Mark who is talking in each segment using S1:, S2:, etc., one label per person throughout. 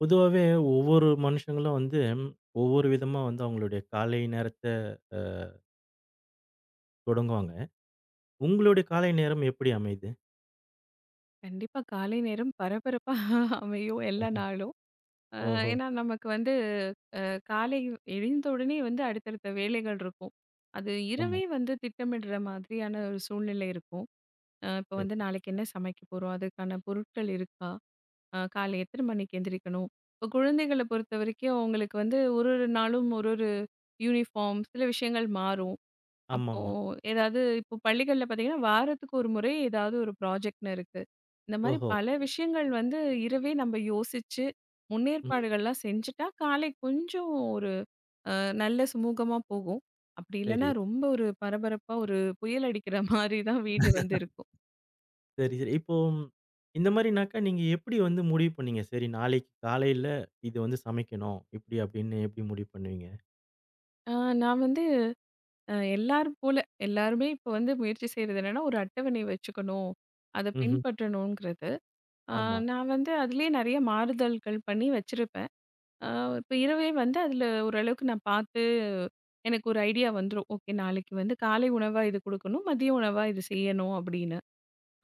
S1: பொதுவாவே ஒவ்வொரு மனுஷங்களும் வந்து, ஒவ்வொரு விதமா வந்து அவங்களுடைய காலை நேரத்த அ தொடங்குவாங்க. உங்களுடைய காலை நேரம் எப்படி அமையுது?
S2: கண்டிப்பா. காலை நேரம் பரபரப்பா அமையும் எல்லா
S1: ம்.
S2: நாளும். அ
S1: ஓஹோ!
S2: ஏன்னா நமக்கு வந்து அ காலை எழுந்த உடனே வந்து அடுத்தடுத்த வேலைகள் இருக்கும். அது
S1: ஆமா.
S2: இரவே வந்து திட்டமிடுற மாதிரியான ஒரு சூழ்நிலை இருக்கும். இப்போ
S1: சரி.
S2: வந்து நாளைக்கு என்ன சமைக்க போறோம்? அதுக்கான பொருட்கள் இருக்கா? காலை எத்தனை மணிக்கு எந்திரிக்கணும்? இப்போ குழந்தைகள பொறுத்தவரைக்கும் அவங்களுக்கு வந்து ஒரு ஒரு நாளும் ஒரு ஒரு யூனிஃபார்ம் சில விஷயங்கள் மாறும். அப்போ
S1: ஆமாமா.
S2: ஏதாவது இப்போ பள்ளிகள்ல பார்த்தீங்கன்னா, வாரத்துக்கு ஒரு முறை ஏதாவது ஒரு ப்ராஜெக்ட்ன்னு இருக்கு. இந்த மாரி
S1: ஓஹோ!
S2: பல விஷயங்கள் வந்து இரவே நம்ம யோசிச்சு,
S1: ம்.
S2: முன்னேற்பாடுகள்லாம் செஞ்சுட்டா, காலை கொஞ்சம் ஒரு அ நல்ல சுமூகமா போகும். அப்படி
S1: சரி,
S2: இல்லன்னா, ரொம்ப ஒரு பரபரப்பா ஒரு புயல் அடிக்கிற மாரி தான் வீடு வந்து இருக்கும்.
S1: சரி, சரி. இப்போ ம், இந்த மாரினாக்கா நீங்க எப்படி வந்து முடிவு பண்ணீங்க? சரி நாளைக்கு காலையில இது வந்து சமைக்கணும். இப்படி அப்படின்னு எப்படி முடிவு பண்ணுவீங்க?
S2: அ நான் வந்து அ எல்லாரும் போல எல்லாருமே இப்போ வந்து முயற்சி செய்றது என்னன்னா, ஒரு அட்டவணை வச்சுக்கணும். அத
S1: ம்ஹ்ம்.
S2: பின்பற்றணுங்கிறது. அ
S1: ஆமா.
S2: நான் வந்து அதிலேயே நெறைய மாறுதல்கள் பண்ணி வச்சிருப்பேன். ஆ இப்ப இரவே வந்து அதில ஓரளவுக்கு நான் பார்த்து, எனக்கு ஒரு ஐடியா வந்துரும். ஓகே நாளைக்கு வந்து காலை உணவா இது குடுக்கணும். மதிய உணவா இது செய்யணும் அப்படின்னு.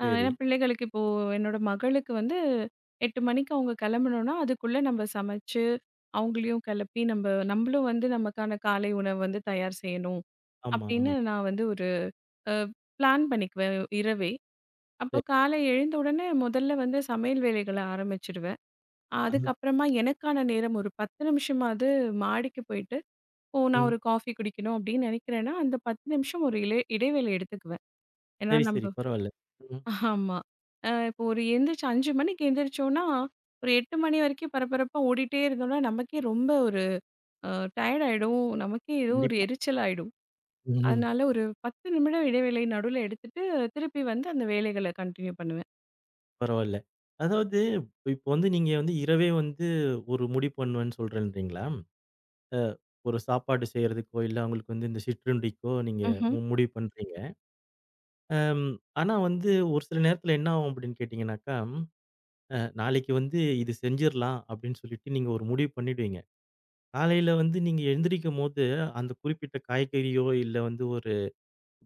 S1: சரி.
S2: ஏன்னா பிள்ளைகளுக்கு இப்போ என்னோட மகளுக்கு வந்து 8 மணிக்கு அவங்க கிளம்பணும்னா, அதுக்குள்ள நம்ம சமைச்சு, அவங்களையும் கிளப்பி நம்பளும் வந்து நமக்கான காலை உணவு வந்து தயார் செய்யணும்.
S1: ஆமா,
S2: அப்படின்னு
S1: ஆமா.
S2: நான் வந்து ஒரு அ பிளான் பண்ணிக்குவேன் இரவே. அப்போ
S1: சரி.
S2: காலை எழுந்த உடனே முதல்ல வந்து சமையல் வேலைகள ஆரம்பிச்சுடுவேன்.
S1: அஹ.
S2: அதுக்கப்புறமா எனக்கான நேரம் ஒரு 10 நிமிஷமாவது மாடிக்கு போயிட்டு, ஓ! நான்
S1: ம்.
S2: ஒரு காஃபி குடிக்கணும் அப்படின்னு நினைக்கிறேன்னா, அந்த 10 நிமிஷம் ஒரு இலை இடைவேளை எடுத்துக்குவேன். ஏன்னா
S1: சரி,
S2: நம்ப
S1: சரி. பரவால்ல. ம்.
S2: ஆமா. இப்போ ஒரு எந்திரிச்சு 5 மணிக்கு எந்திரிச்சோம்னா, ஒரு 8 மணி வரைக்கும் பரபரப்பா ஓடிட்டே இருந்தோம்னா, நமக்கே ரொம்ப ஒரு அ டயர்ட் ஆயிடும். நமக்கே ஏதோ ஒரு
S1: கண்டிப்பா.
S2: எரிச்சல் ஆயிடும்.
S1: ம்ஹ்ம்.
S2: அதனால ஒரு 10 நிமிடம் இடைவேளை நடுவுல எடுத்துட்டு, திருப்பி வந்து அந்த வேலைகள கன்டின்யூ பண்ணுவேன்.
S1: பரவால்ல. அதாவது இப்ப வந்து நீங்க வந்து இரவே வந்து ஒரு முடிவு பண்ணுவேன்னு சொல்றேன்றீங்களா? அ ஒரு சாப்பாடு செய்றதுக்கோ, இல்ல அவங்களுக்கு வந்து இந்த சிற்றுண்டிக்கோ நீங்க
S2: ம்ஹ்ம்.
S1: முடிவு பண்றீங்க. அம் ஆனா வந்து ஒரு சில நேரத்துல என்ன ஆகும் அப்படின்னு கேட்டீங்கன்னாக்கா, நாளைக்கு வந்து இது செஞ்சிரலாம் அப்படின்னு சொல்லிட்டு நீங்க ஒரு முடிவு பண்ணிடுவீங்க. காலையில வந்து நீங்க எழுந்திரிக்கும்போது அந்த குறிப்பிட்ட காய்கறியோ, இல்ல வந்து ஒரு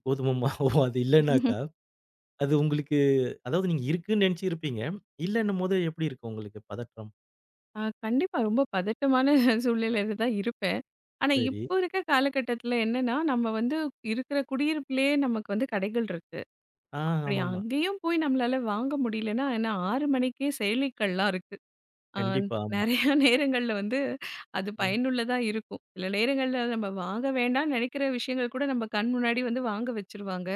S1: கோதுமை மாவோ அது இல்லன்னாக்கா, அது உங்களுக்கு அதாவது நீங்க இருக்குன்னு நெனச்சிருப்பீங்க. இல்லன்னும்போது எப்படி இருக்கும் உங்களுக்கு பதற்றம்?
S2: கண்டிப்பா. ரொம்ப பதட்டமான சூழ்நிலையில தான் இருப்பேன். ஆனா,
S1: சரி.
S2: இப்போ இருக்க காலகட்டத்தில என்னன்னா, நம்ம வந்து இருக்கிற குடியிருப்பிலேயே நமக்கு வந்து கடைகள் இருக்கு.
S1: ஆ,
S2: அப்படி
S1: ஆமாமா.
S2: அங்கேயும் போய் நம்மளால வாங்க முடியலன்னா, ஏன்னா 6 மணிக்கே செயலிகள்லாம் இருக்கு. ஆ
S1: கண்டிப்பா, ஆமா.
S2: நெறைய நேரங்கள்ல வந்து அது
S1: ம்.
S2: பயனுள்ளதா இருக்கும். சில நேரங்கள்ல நம்ம வாங்க வேண்டாம்னு நெனைக்கிற விஷயங்கள் கூட நம்ம கண் முன்னாடி வந்து வாங்க வச்சுருவாங்க.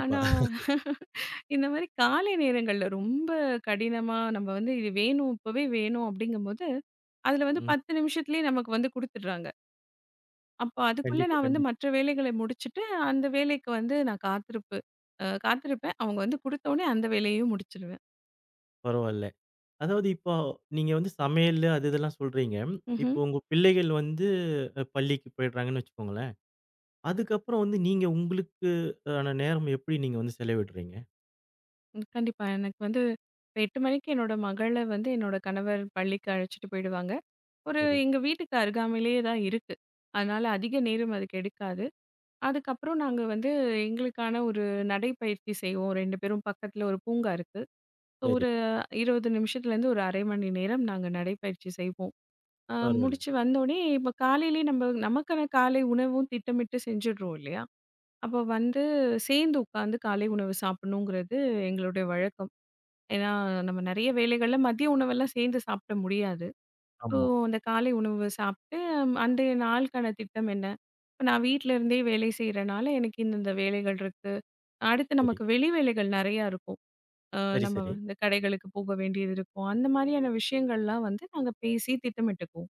S2: ஆனா, இந்த மாரி காலை நேரங்கள்ல ரொம்ப கடினமா நம்ம வந்து இது வேணும், இப்பவே வேணும் அப்படிங்கும்போது அதுல வந்து
S1: ம்.
S2: 10 நிமிஷத்திலேயே நமக்கு வந்து குடுத்துடுறாங்க. அப்ப அதுக்குள்ள
S1: கண்டிப்பா,
S2: நான் வந்து
S1: கண்டிப்பா.
S2: மற்ற வேலைகள முடிச்சுட்டு, அந்த வேலைக்கு வந்து நான் காத்திருப்பு அ காத்திருப்பேன். அவங்க வந்து குடுத்தோனே அந்த வேலையும் முடிச்சுருவேன்.
S1: பரவால்ல. அதாவது இப்போ நீங்க வந்து சமையலு அது இதெல்லாம் சொல்றீங்க.
S2: ம்ஹ்ம்.
S1: இப்போ உங்க பிள்ளைகள் வந்து பள்ளிக்கு போயிடுறாங்கன்னு வச்சுக்கோங்களேன். அதுக்கப்புறம் வந்து நீங்க உங்களுக்கு ஆன நேரம் எப்படி நீங்க வந்து செலவிடுறீங்க?
S2: ம். கண்டிப்பா. எனக்கு வந்து இப்ப 8 மணிக்கு என்னோட மகள வந்து என்னோட கணவர் பள்ளிக்கு அழைச்சுட்டு போயிடுவாங்க. ஒரு
S1: சரி,
S2: எங்க வீட்டுக்கு அருகாமையிலேயே தான் இருக்கு. அதனால அதிக நேரம் அதுக்கு எடுக்காது. அதுக்கப்புறம் நாங்க வந்து எங்களுக்கான ஒரு நடைப்பயிற்சி செய்வோம். 2 பேரும் பக்கத்துல ஒரு பூங்கா இருக்கு. So
S1: சரி.
S2: ஒரு 20 நிமிஷத்துலேருந்து ஒரு 1/2 மணி நேரம் நாங்க நடைப்பயிற்சி செய்வோம். ஆ
S1: பரவால்ல.
S2: முடிச்சு வந்தோனே, இப்ப காலையிலயே நம்ப நமக்கான காலை உணவும் திட்டமிட்டு செஞ்சுடுறோம் இல்லையா? அப்போ வந்து சேர்ந்து உட்காந்து காலை உணவு சாப்பிடணுங்கிறது எங்களுடைய வழக்கம். ஏன்னா, நம்ம நெறைய வேலைகள்ல மதிய உணவெல்லாம் சேர்ந்து சாப்பிட முடியாது. ஸோ,
S1: ஆமா.
S2: அந்த காலை உணவு சாப்பிட்டு அன்றைய நாளுக்கான திட்டம் என்ன? இப்ப நான் வீட்ல இருந்தே வேலை செய்றனால எனக்கு இந்த இந்த வேலைகள் இருக்கு. அடுத்து
S1: சரி.
S2: நமக்கு வெளி வேலைகள் நெறையா இருக்கும். அ
S1: சரி,
S2: நம்ம
S1: சரி.
S2: வந்து கடைகளுக்கு போக வேண்டியது இருக்கும். அந்த மாரியான விஷயங்கள்லாம் வந்து நாங்க பேசி திட்டமிட்டுக்குவோம்.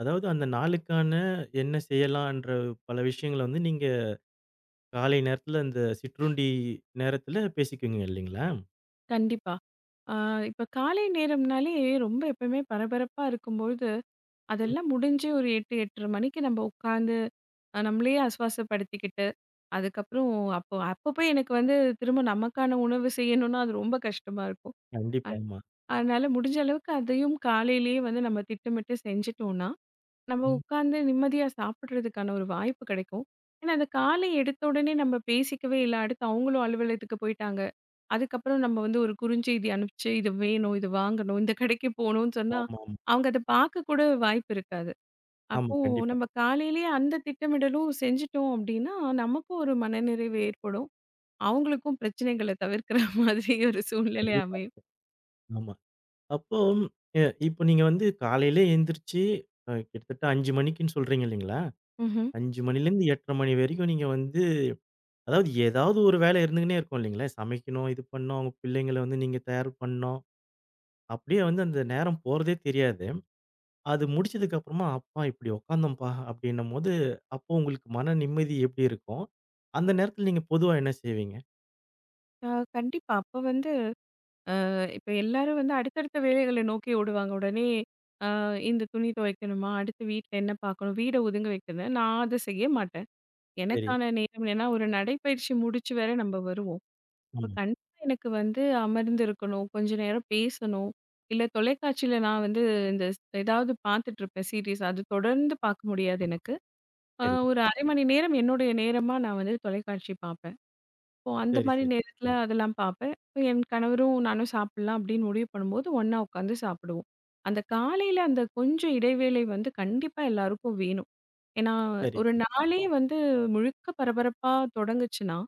S1: அதாவது அந்த நாளுக்கான என்ன செய்யலான்ற பல விஷயங்கள வந்து நீங்க காலை நேரத்துல அந்த சிற்றுண்டி நேரத்துல பேசிக்குவீங்க இல்லைங்களா?
S2: கண்டிப்பா. ஆ இப்ப காலை நேரம்னாலே ரொம்ப எப்பயுமே பரபரப்பா இருக்கும்பொழுது,
S1: ம்.
S2: அதெல்லாம் முடிஞ்சு ஒரு 8, 8:30 மணிக்கு நம்ம உட்காந்து நம்மளையே ஆஸ்வாசப்படுத்திக்கிட்டு, அதுக்கப்புறம் அப்போ அப்போ போய் எனக்கு வந்து திரும்ப நமக்கான உணவு செய்யணும்னா, அது ரொம்ப கஷ்டமா இருக்கும்.
S1: கண்டிப்பா. ஆமா.
S2: அதனால முடிஞ்ச அளவுக்கு அதையும் காலையிலேயே வந்து நம்ம திட்டமிட்டு செஞ்சுட்டோம்னா, நம்ம
S1: ம்.
S2: உட்கார்ந்து நிம்மதியா சாப்பிடுறதுக்கான ஒரு வாய்ப்பு கிடைக்கும். ஏன்னா, அந்த காலை எடுத்த உடனே நம்ம பேசிக்கவே இல்ல. அடுத்து அவங்களும் அலுவலகத்துக்கு போயிட்டாங்க. அதுக்கப்புறம் நம்ம வந்து ஒரு குறுஞ்செய்தி அனுப்பிச்சு, "இது வேணும், இது வாங்கணும், இந்த கடைக்கு போகணும்னு" சொன்னா,
S1: ஆமாமா.
S2: அவங்க அத பார்க்க கூட வாய்ப்பு இருக்காது.
S1: ஆமா.
S2: அப்போ
S1: கண்டிப்பா,
S2: நம்ம காலையிலேயே அந்த திட்டமிடலும் செஞ்சுட்டோம் அப்படின்னா, நமக்கும் ஒரு மனநிறைவு ஏற்படும். அவங்களுக்கும் பிரச்சனைகள தவிர்க்கிற மாதிரி ஒரு சூழ்நிலை
S1: கண்டிப்பா.
S2: அமையும்.
S1: ஆமா. அப்போ அ இப்போ நீங்க வந்து காலையில எந்திரிச்சு கிட்டத்தட்ட 5 மணிக்குன்னு சொல்றீங்க இல்லைங்களா?
S2: ம்ஹ்ம்.
S1: 5 மணிலேருந்து 8:30 மணி வரைக்கும் நீங்க வந்து அதாவது ஏதாவது ஒரு வேலை இருந்துக்குன்னே இருக்கும் இல்லைங்களா? சமைக்கணும், இது பண்ணணும், உங்க பிள்ளைங்கள வந்து நீங்க தயார் பண்ணணும். அப்படியே வந்து அந்த நேரம் போறதே தெரியாது. அது முடிச்சதுக்கு அப்புறமா, "அப்பா இப்படி உட்காந்தோம்ப்பா" அப்படின்னும்போது, அப்போ உங்களுக்கு மன நிம்மதி எப்படி இருக்கும்? அந்த நேரத்துல நீங்க பொதுவா என்ன செய்வீங்க?
S2: ஆ, கண்டிப்பா. அப்ப வந்து இப்ப எல்லாரும் வந்து அடுத்தடுத்த வேலைகளை நோக்கி ஓடுவாங்க. உடனே அ இந்த துணி துவைக்கணுமா? அடுத்து வீட்ல என்ன பார்க்கணும்? வீட ஒதுங்க வைக்கணும். நான் அத செய்ய மாட்டேன்.
S1: சரி.
S2: எனக்கான நேரம் என்னன்னா, ஒரு நடைப்பயிற்சி முடிச்சு வேற நம்ம வருவோம். இப்ப
S1: ஆமா.
S2: கண்டிப்பா எனக்கு வந்து அமர்ந்து இருக்கணும். கொஞ்ச நேரம் பேசணும். இல்ல தொலைக்காட்சியில நான் வந்து இந்த ஏதாவது பார்த்துட்டு இருப்பேன் சீரிஸ். அது தொடர்ந்து பார்க்க முடியாது எனக்கு.
S1: சரி.
S2: ஒரு அரை மணி நேரம் என்னுடைய நேரமா நான் வந்து தொலைக்காட்சி பார்ப்பேன். ஓ! அந்த
S1: சரி,
S2: மாரி
S1: சரி.
S2: நேரத்தில அதெல்லாம் பார்ப்பேன். இப்ப என் கணவரும் நானும் சாப்பிடலாம் அப்படின்னு முடிவு பண்ணும்போது, ஒண்ணா உட்காந்து சாப்பிடுவோம். அந்த காலையில அந்த கொஞ்சம் இடைவேளை வந்து கண்டிப்பா எல்லாருக்கும் வேணும். ஏன்னா,
S1: சரி,
S2: ஒரு
S1: சரி.
S2: நாளே வந்து முழுக்க பரபரப்பா தொடங்குச்சுன்னா,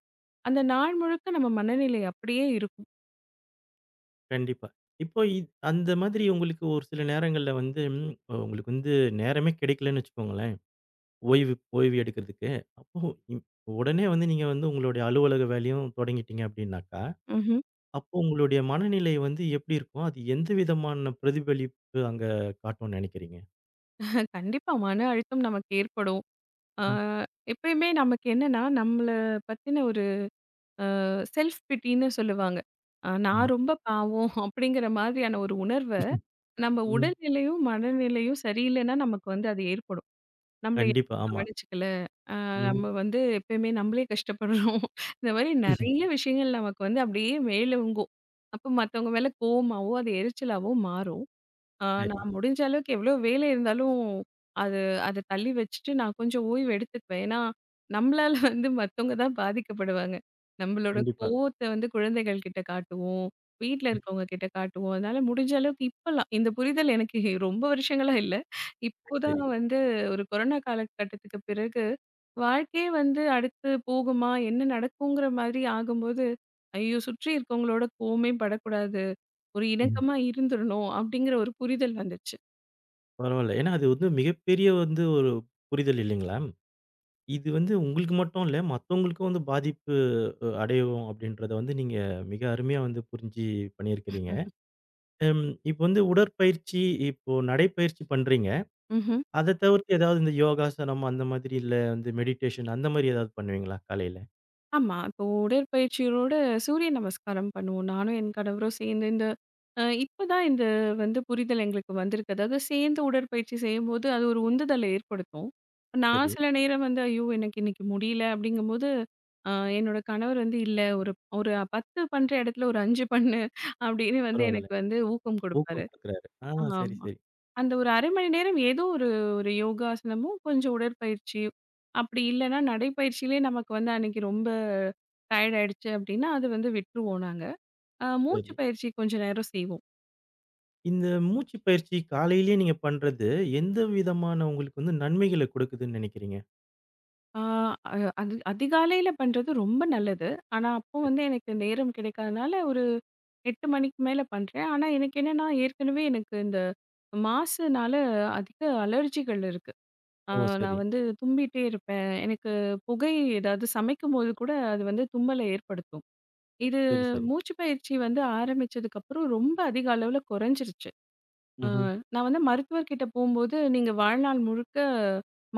S2: அந்த நாள் முழுக்க நம்ம மனநிலை அப்படியே இருக்கும்.
S1: கண்டிப்பா. இப்போ அந்த மாதிரி உங்களுக்கு ஒரு சில நேரங்கள்ல வந்து ம் உங்களுக்கு வந்து நேரமே கிடைக்கலன்னு வச்சுக்கோங்களேன். ஓய்வு ஓய்வு எடுக்கிறதுக்கு. அப்போ ம் உடனே வந்து நீங்க வந்து உங்களுடைய அலுவலக வேலையும் தொடங்கிட்டீங்க அப்படின்னாக்கா,
S2: ம்ஹ்ம்.
S1: அப்போ உங்களுடைய மனநிலை வந்து எப்படி இருக்கும்? அது எந்த விதமான பிரதிபலிப்பு அங்க காட்டும்னு நினைக்கிறீங்க?
S2: கண்டிப்பா மன அழுத்தம் நமக்கு ஏற்படும். ஆ
S1: ம்.
S2: எப்பயுமே நமக்கு என்னன்னா, நம்மள பத்தின ஒரு செல்ஃப் பிட்டின்னு சொல்லுவாங்க. நான்
S1: ஆமா.
S2: ரொம்ப பாவம் அப்படிங்கிற மாதிரியான ஒரு உணர்வ நம்ம
S1: ம்.
S2: உடல்நிலையும், மனநிலையும் சரியில்லைன்னா, நமக்கு வந்து அது ஏற்படும். நம்மள
S1: கண்டிப்பா.
S2: யாரும்
S1: ஆமா.
S2: கவனிச்சுக்கல. அ
S1: ம்.
S2: நம்ம வந்து எப்பயுமே நம்மளே கஷ்டப்படுறோம். இந்த மாரி நெறைய விஷயங்கள் நமக்கு வந்து அப்படியே மேலோங்கும். அப்ப மத்தவங்க மேல கோவமாவோ, அது எரிச்சலாவோ மாறும்.
S1: சரி.
S2: நான் முடிஞ்ச அளவுக்கு எவ்வளோ வேலை இருந்தாலும், அது அத தள்ளி வச்சுட்டு நான் கொஞ்சம் ஓய்வு எடுத்துக்குவேன். ஏன்னா, நம்மளால வந்து மத்தவங்க தான் பாதிக்கப்படுவாங்க. நம்மளோட
S1: கண்டிப்பா.
S2: கோவத்த வந்து குழந்தைகள் கிட்ட காட்டுவோம். வீட்ல
S1: ம்.
S2: இருக்கவங்க கிட்ட காட்டுவோம். அதனால முடிஞ்ச அளவுக்கு இப்பலாம் இந்த புரிதல் எனக்கு ரொம்ப வருஷங்களா இல்ல. இப்போதான்
S1: சரி.
S2: வந்து ஒரு கொரோனா காலகட்டத்துக்கு பிறகு, வாழ்க்கையே வந்து அடுத்து போகுமா? என்ன நடக்குங்கிற மாதிரி ஆகும்போது, ஐயோ! சுற்றி இருக்கவங்களோட கோவமே படக்கூடாது. ஒரு
S1: ம்.
S2: இணக்கமா இருந்துறணும் அப்படிங்கிற ஒரு புரிதல் வந்துச்சு.
S1: பரவால்ல. ஏன்னா அது வந்து மிகப்பெரிய வந்து ஒரு புரிதல் இல்லைங்களா? இது வந்து உங்களுக்கு மட்டும் இல்ல, மத்தவங்களுக்கும் வந்து பாதிப்பு அடையும் அப்படின்றத வந்து நீங்க மிக அருமையா வந்து புரிஞ்சு பண்ணியிருக்கிறீங்க. அம் இப்ப வந்து உடற்பயிற்சி இப்போ நடைப்பயிற்சி பண்றீங்க.
S2: ம்ஹ்ம்.
S1: அத தவிர்த்து ஏதாவது இந்த யோகாசனம் அந்த மாதிரி இல்ல வந்து மெடிடேஷன் அந்த மாரி ஏதாவது பண்ணுவீங்களா காலையில?
S2: ஆமா. இப்போ உடற்பயிற்சியோட சூரிய நமஸ்காரம் பண்ணுவோம். நானும் என் கணவரும் சேர்ந்து இந்த இப்ப தான் இந்த வந்து புரிதல் எங்களுக்கு வந்திருக்கு. அதாவது சேர்ந்து உடற்பயிற்சி செய்யும்போது அது ஒரு உந்துதலை ஏற்படுத்தும். நான்
S1: சரி,
S2: சில நேரம் வந்து ஐயோ! எனக்கு இன்னைக்கு முடியல அப்படிங்கும்போது, அ என்னோட கணவர் வந்து இல்ல ஒரு ஒரு 10 பண்ற இடத்துல ஒரு 5 பண்ணு அப்படின்னு வந்து
S1: பரவால்ல.
S2: எனக்கு வந்து ஊக்கம் குடுப்பாரு.
S1: ஊக்கம் குடுக்குறாரு. ஆ சரி,
S2: ஆமா.
S1: சரி,
S2: அந்த ஒரு 1/2 மணி நேரம் ஏதோ ஒரு ஒரு யோகாசனமும், கொஞ்சம் உடற்பயிற்சி, அப்படி இல்லன்னா நடைப்பயிற்சியிலே நமக்கு வந்து அன்னைக்கு ரொம்ப டயர்ட் ஆயிடுச்சு அப்படின்னா, அது வந்து விட்டுருவோம் நாங்க. மூச்சு
S1: சரி.
S2: பயிற்சி கொஞ்ச நேரம் செய்வோம்.
S1: இந்த மூச்சு பயிற்சி காலையிலேயே நீங்க பண்றது, எந்த விதமான உங்களுக்கு வந்து நன்மைகள குடுக்குதுன்னு நினைக்கிறீங்க?
S2: ஆ அ அது அதிகாலையில பண்றது ரொம்ப நல்லது. ஆனா, அப்போ வந்து எனக்கு நேரம் கிடைக்காதனால ஒரு 8 மணிக்கு மேல பண்றேன். ஆனா, எனக்கு என்னன்னா ஏற்கனவே எனக்கு இந்த மாசுனால அதிக அலர்ஜிகள் இருக்கு. ஆ,
S1: ஓ!
S2: நான்
S1: சரி,
S2: வந்து தும்பிட்டே இருப்பேன். எனக்கு புகை ஏதாவது சமைக்கும்போது கூட அது வந்து தும்மலை ஏற்படுத்தும். இது
S1: சரி, சரி.
S2: மூச்சு பயிற்சி வந்து ஆரம்பிச்சதுக்கப்புறம் ரொம்ப அதிக அளவுல குறைஞ்சிருச்சு. அ
S1: ம்ஹ்ம்.
S2: நான் வந்து மருத்துவர்கிட்ட போம்போது, "நீங்க வாழ்நாள் முழுக்க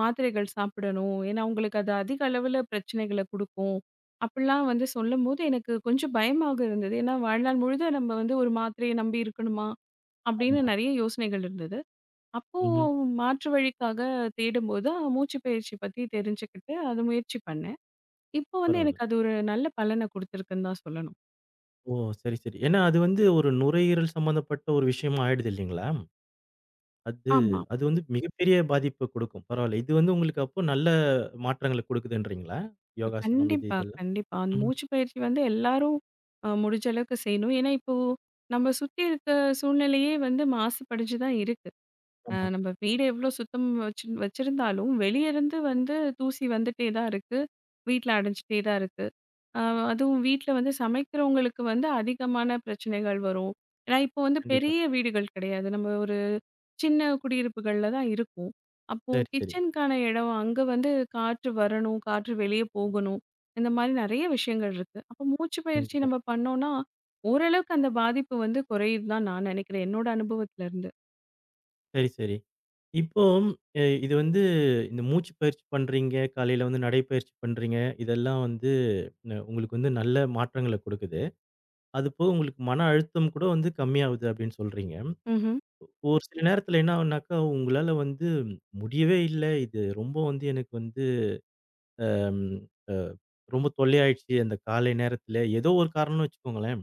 S2: மாத்திரைகள் சாப்பிடணும். ஏன்னா உங்களுக்கு அது அதிக அளவுல பிரச்சனைகள குடுக்கும்." அப்படிலாம் வந்து சொல்லும்போது எனக்கு கொஞ்சம் பயமாக இருந்தது. ஏன்னா வாழ்நாள் முழுதும் நம்ம வந்து ஒரு மாத்திரையை நம்பி இருக்கணுமா? அப்படின்னு
S1: ஆமா.
S2: நெறைய யோசனைகள் இருந்தது. அப்போ
S1: ம்ஹ்ம்.
S2: மாற்று வழிக்காக தேடும்போது மூச்சு பயிற்சி பத்தி தெரிஞ்சுக்கிட்டு அது முயற்சி பண்ணேன். இப்போ வந்து
S1: பரவால்ல.
S2: எனக்கு அது ஒரு நல்ல பலன குடுத்திருக்குன்னு தான் சொல்லணும்.
S1: ஓ! சரி, சரி. ஏன்னா அது வந்து ஒரு நுரையீரல் சம்மந்தப்பட்ட ஒரு விஷயமா ஆயிடுது இல்லைங்களா? அது
S2: ஆமா.
S1: அது வந்து மிகப்பெரிய பாதிப்ப கொடுக்கும். பரவால்ல. இது வந்து உங்களுக்கு அப்போ நல்ல மாற்றங்கள கொடுக்குதுன்றீங்களா? யோகாசனம் இது
S2: கண்டிப்பா,
S1: இதெல்லாம்.
S2: கண்டிப்பா. அந்த
S1: ம்.
S2: மூச்சு பயிற்சி வந்து எல்லாரும் முடிஞ்ச அளவுக்கு செய்யணும். ஏன்னா இப்போ நம்ம சுத்தி இருக்க சூழ்நிலையே வந்து மாசுபடிஞ்சு தான் இருக்கு.
S1: ஆமா.
S2: நம்ம வீடு எவ்வளோ சுத்தம் வச்சு வச்சிருந்தாலும், வெளிய இருந்து வந்து தூசி வந்துட்டே தான் இருக்கு. வீட்ல அடைஞ்சுட்டே தான் இருக்கு. அ அதுவும் வீட்ல வந்து சமைக்கிறவங்களுக்கு வந்து அதிகமான பிரச்சனைகள் வரும். ஏன்னா, இப்போ வந்து
S1: கண்டிப்பா.
S2: பெரிய வீடுகள் கிடையாது. நம்ம ஒரு சின்ன குடியிருப்புகள்ல தான் இருக்கோம். அப்போ
S1: சரி, சரி.
S2: கிச்சனுக்கான இடம் அங்க வந்து காற்று வரணும், காற்று வெளிய போகணும். இந்த மாரி நெறைய விஷயங்கள் இருக்கு. அப்போ மூச்சு பயிற்சி
S1: கண்டிப்பா.
S2: நம்ம பண்ணோம்னா, ஓரளவுக்கு அந்த பாதிப்பு வந்து குறையுதுன்னு தான் நான் நெனைக்கிறேன். என்னோட அனுபவத்திலருந்து.
S1: சரி, சரி. இப்போ இது வந்து இந்த மூச்சு பயிற்சி பண்றீங்க, காலையில வந்து நடைப்பயிற்சி பண்றீங்க. இதெல்லாம் வந்து உங்களுக்கு வந்து நல்ல மாற்றங்கள கொடுக்குது. அதுபோக உங்களுக்கு மன அழுத்தம் கூட வந்து கம்மியாகுது அப்படின்னு சொல்றீங்க.
S2: ம்ஹ்ம்.
S1: ஒரு சில நேரத்துல என்ன ஆகும்னாக்கா, உங்களால வந்து முடியவே இல்ல. இது ரொம்ப வந்து எனக்கு வந்து அம் அ ரொம்ப தொல்லையாயிடுச்சு அந்த காலை நேரத்துல. ஏதோ ஒரு காரணம்னு வச்சுக்கோங்களேன்.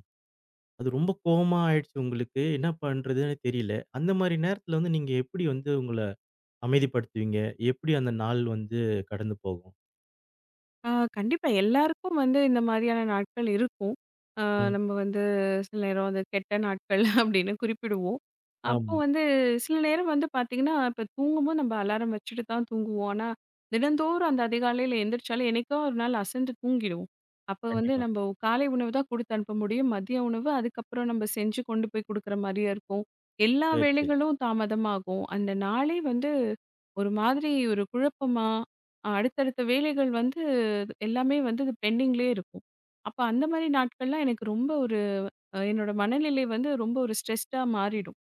S1: அது ரொம்ப கோவமா ஆயிடுச்சு உங்களுக்கு. என்ன பண்றதுன்னே தெரியல. அந்த மாரி நேரத்துல வந்து நீங்க எப்படி வந்து உங்கள அமைதிப்படுத்துவீங்க? எப்படி அந்த நாள் வந்து கடந்து போகும்?
S2: ஆ கண்டிப்பா. எல்லாருக்கும் வந்து இந்த மாதிரியான நாட்கள் இருக்கும். ஆ
S1: ம்.
S2: நம்ம வந்து சில நேரம் அது கெட்ட நாட்கள் அப்படின்னு குறிப்பிடுவோம். அப்போ
S1: ஆமா.
S2: வந்து சில நேரம் வந்து பார்த்தீங்கன்னா, இப்ப தூங்கும்போது நம்ம அலாரம் வச்சுட்டு தான் தூங்குவோம். ஆனா, தினந்தோறும் அந்த அதிகாலையில எந்திரிச்சாலும் என்னைக்கோ ஒரு நாள் அசந்து தூங்கிடுவோம். அப்போ வந்து
S1: கண்டிப்பா.
S2: நம்ம காலை உணவு தான் குடுத்து அனுப்ப முடியும். மதிய உணவு அதுக்கப்புறம் நம்ம செஞ்சு கொண்டு போய் குடுக்குற மாரியா இருக்கும். எல்லா
S1: சரி, சரி.
S2: வேலைகளும் தாமதமாகும். அந்த நாளே வந்து ஒரு மாதிரி ஒரு குழப்பமா, அடுத்தடுத்த வேலைகள் வந்து அது எல்லாமே வந்து அது பெண்டிங்லயே இருக்கும். அப்ப அந்த மாரி நாட்கள்லாம் எனக்கு ரொம்ப ஒரு என்னோட மனநிலை வந்து ரொம்ப ஒரு ஸ்ட்ரெஸ்டா மாறிடும்.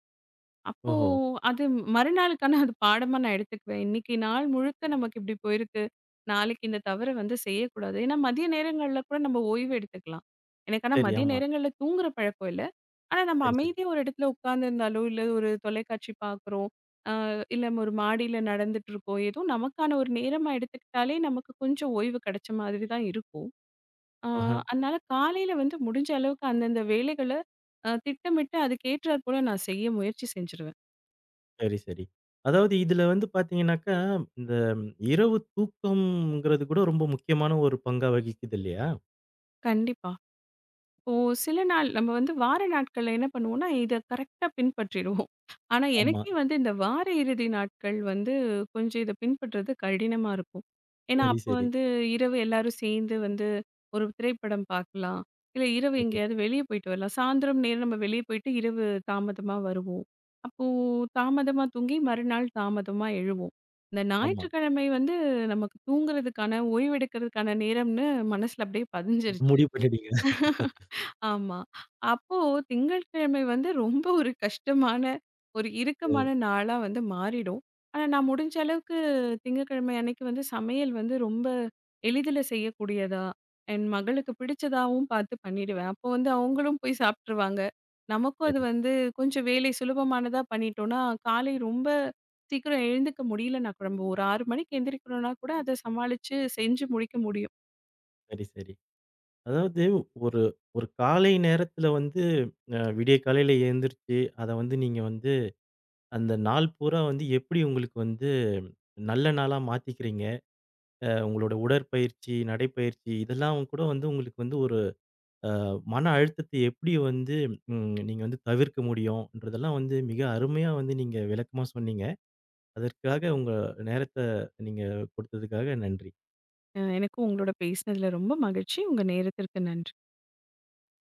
S2: அப்போ
S1: ஓஹோ!
S2: அது மறுநாளுக்கான அது பாடமா நான் எடுத்துக்குவேன். இன்னைக்கு நாள் முழுக்க நமக்கு இப்படி போயிருக்கு. நாளைக்கு இந்த தவற வந்து செய்யக்கூடாது. ஏன்னா மதிய நேரங்கள்ல கூட நம்ம ஓய்வு எடுத்துக்கலாம். எனக்கு ஆனா
S1: சரி.
S2: மதிய
S1: ஆமா.
S2: நேரங்கள்ல தூங்குற பழக்கம் இல்ல. ஆனா நம்ம
S1: சரி, சரி.
S2: அமைதியா ஒரு இடத்துல உட்கார்ந்திருந்தாலோ, இல்ல ஒரு தொலைக்காட்சி பார்க்குறோம். அ இல்ல ஒரு மாடியில நடந்துட்டு இருக்கோம். ஏதோ நமக்கான ஒரு நேரமா எடுத்துக்கிட்டாலே நமக்கு கொஞ்சம் ஓய்வு கிடைச்ச மாதிரி தான் இருக்கும். ஆ,
S1: ஆஹ.
S2: அதனால காலையில வந்து முடிஞ்ச அளவுக்கு அந்தந்த வேலைகள திட்டமிட்டு அதுக்கு ஏற்றாற் போல நான் செய்ய முயற்சி செஞ்சுருவேன்.
S1: சரி, சரி. அதாவது இதுல வந்து பார்த்தீங்கன்னாக்கா, இந்த இரவு தூக்கம்ங்கிறது கூட ரொம்ப முக்கியமான ஒரு பங்கா வகிக்குது இல்லையா?
S2: கண்டிப்பா. ஓ! சில நாள் நம்ம வந்து வார நாட்கள்ல என்ன பண்ணுவோம்னா, இத கரெக்ட்டா பின்பற்றிடுவோம். ஆனா,
S1: ஆமா.
S2: எனக்கே வந்து இந்த வார இறுதி நாட்கள் வந்து கொஞ்சம் இத பின்பற்றுறது கடினமா இருக்கும். ஏன்னா,
S1: சரி,
S2: அப்போ
S1: சரி,
S2: வந்து இரவு எல்லாரும் சேர்ந்து வந்து ஒரு திரைப்படம் பார்க்கலாம். இல்ல இரவு
S1: சரி.
S2: எங்கேயாவது வெளிய போயிட்டு வரலாம். சாயந்தரம் நேரம் நம்ம வெளிய போயிட்டு இரவு தாமதமா வருவோம். அப்போ தாமதமா தூங்கி மறுநாள் தாமதமா எழுவோம். இந்த
S1: ஆமா.
S2: ஞாயிற்றுக்கிழமை வந்து நமக்கு தூங்குறதுக்கான, ஓய்வெடுக்கிறதுக்கான நேரம்னு மனசுல அப்படியே பதிஞ்சிருச்சு.
S1: முடிவு பண்ணிட்டீங்க.
S2: ஆமா. அப்போ திங்கட்கிழமை வந்து ரொம்ப ஒரு கஷ்டமான, ஒரு
S1: ஓ!
S2: இறுக்கமான நாளா வந்து மாறிடும். ஆனா, நான் முடிஞ்ச அளவுக்கு திங்கட்கிழமை அன்னைக்கு வந்து சமையல் வந்து ரொம்ப எளிதில செய்யக்கூடியதா, என் மகளுக்கு பிடிச்சதாவும் பார்த்து பண்ணிடுவேன். அப்போ வந்து அவங்களும் போய் சாப்ட்டுருவாங்க. நமக்கும் அது
S1: சரி,
S2: வந்து கொஞ்சம் வேலை சுலபமானதா பண்ணிட்டோம்னா, காலை ரொம்ப சீக்கிரம் எழுந்துக்க முடியலன்னா கூட நம்ம ஒரு 6 மணிக்கு எந்திரிக்கிறோம்னா கூட அத சமாளிச்சு செஞ்சு முடிக்க முடியும்.
S1: சரி, சரி. அதாவது ஒரு ஒரு காலை நேரத்துல வந்து விடிய காலையில எழுந்திரிச்சு, அத வந்து நீங்க வந்து அந்த நாள் பூரா வந்து எப்படி உங்களுக்கு வந்து நல்ல நாளா மாத்திக்கிறீங்க? உங்களோட உடற்பயிற்சி, நடைப்பயிற்சி இதெல்லாம் கூட வந்து உங்களுக்கு வந்து ஒரு அ மன அழுத்தத்தை எப்படி வந்து ம் நீங்க வந்து தவிர்க்க முடியும்ன்றதெல்லாம் வந்து மிக அருமையா வந்து நீங்க விளக்கமா சொன்னீங்க. அதற்காக உங்க நேரத்த நீங்க கொடுத்ததுக்காக நன்றி.
S2: எனக்கும் உங்களோட பேசினதுல ரொம்ப மகிழ்ச்சி. உங்க நேரத்திற்கு நன்றி.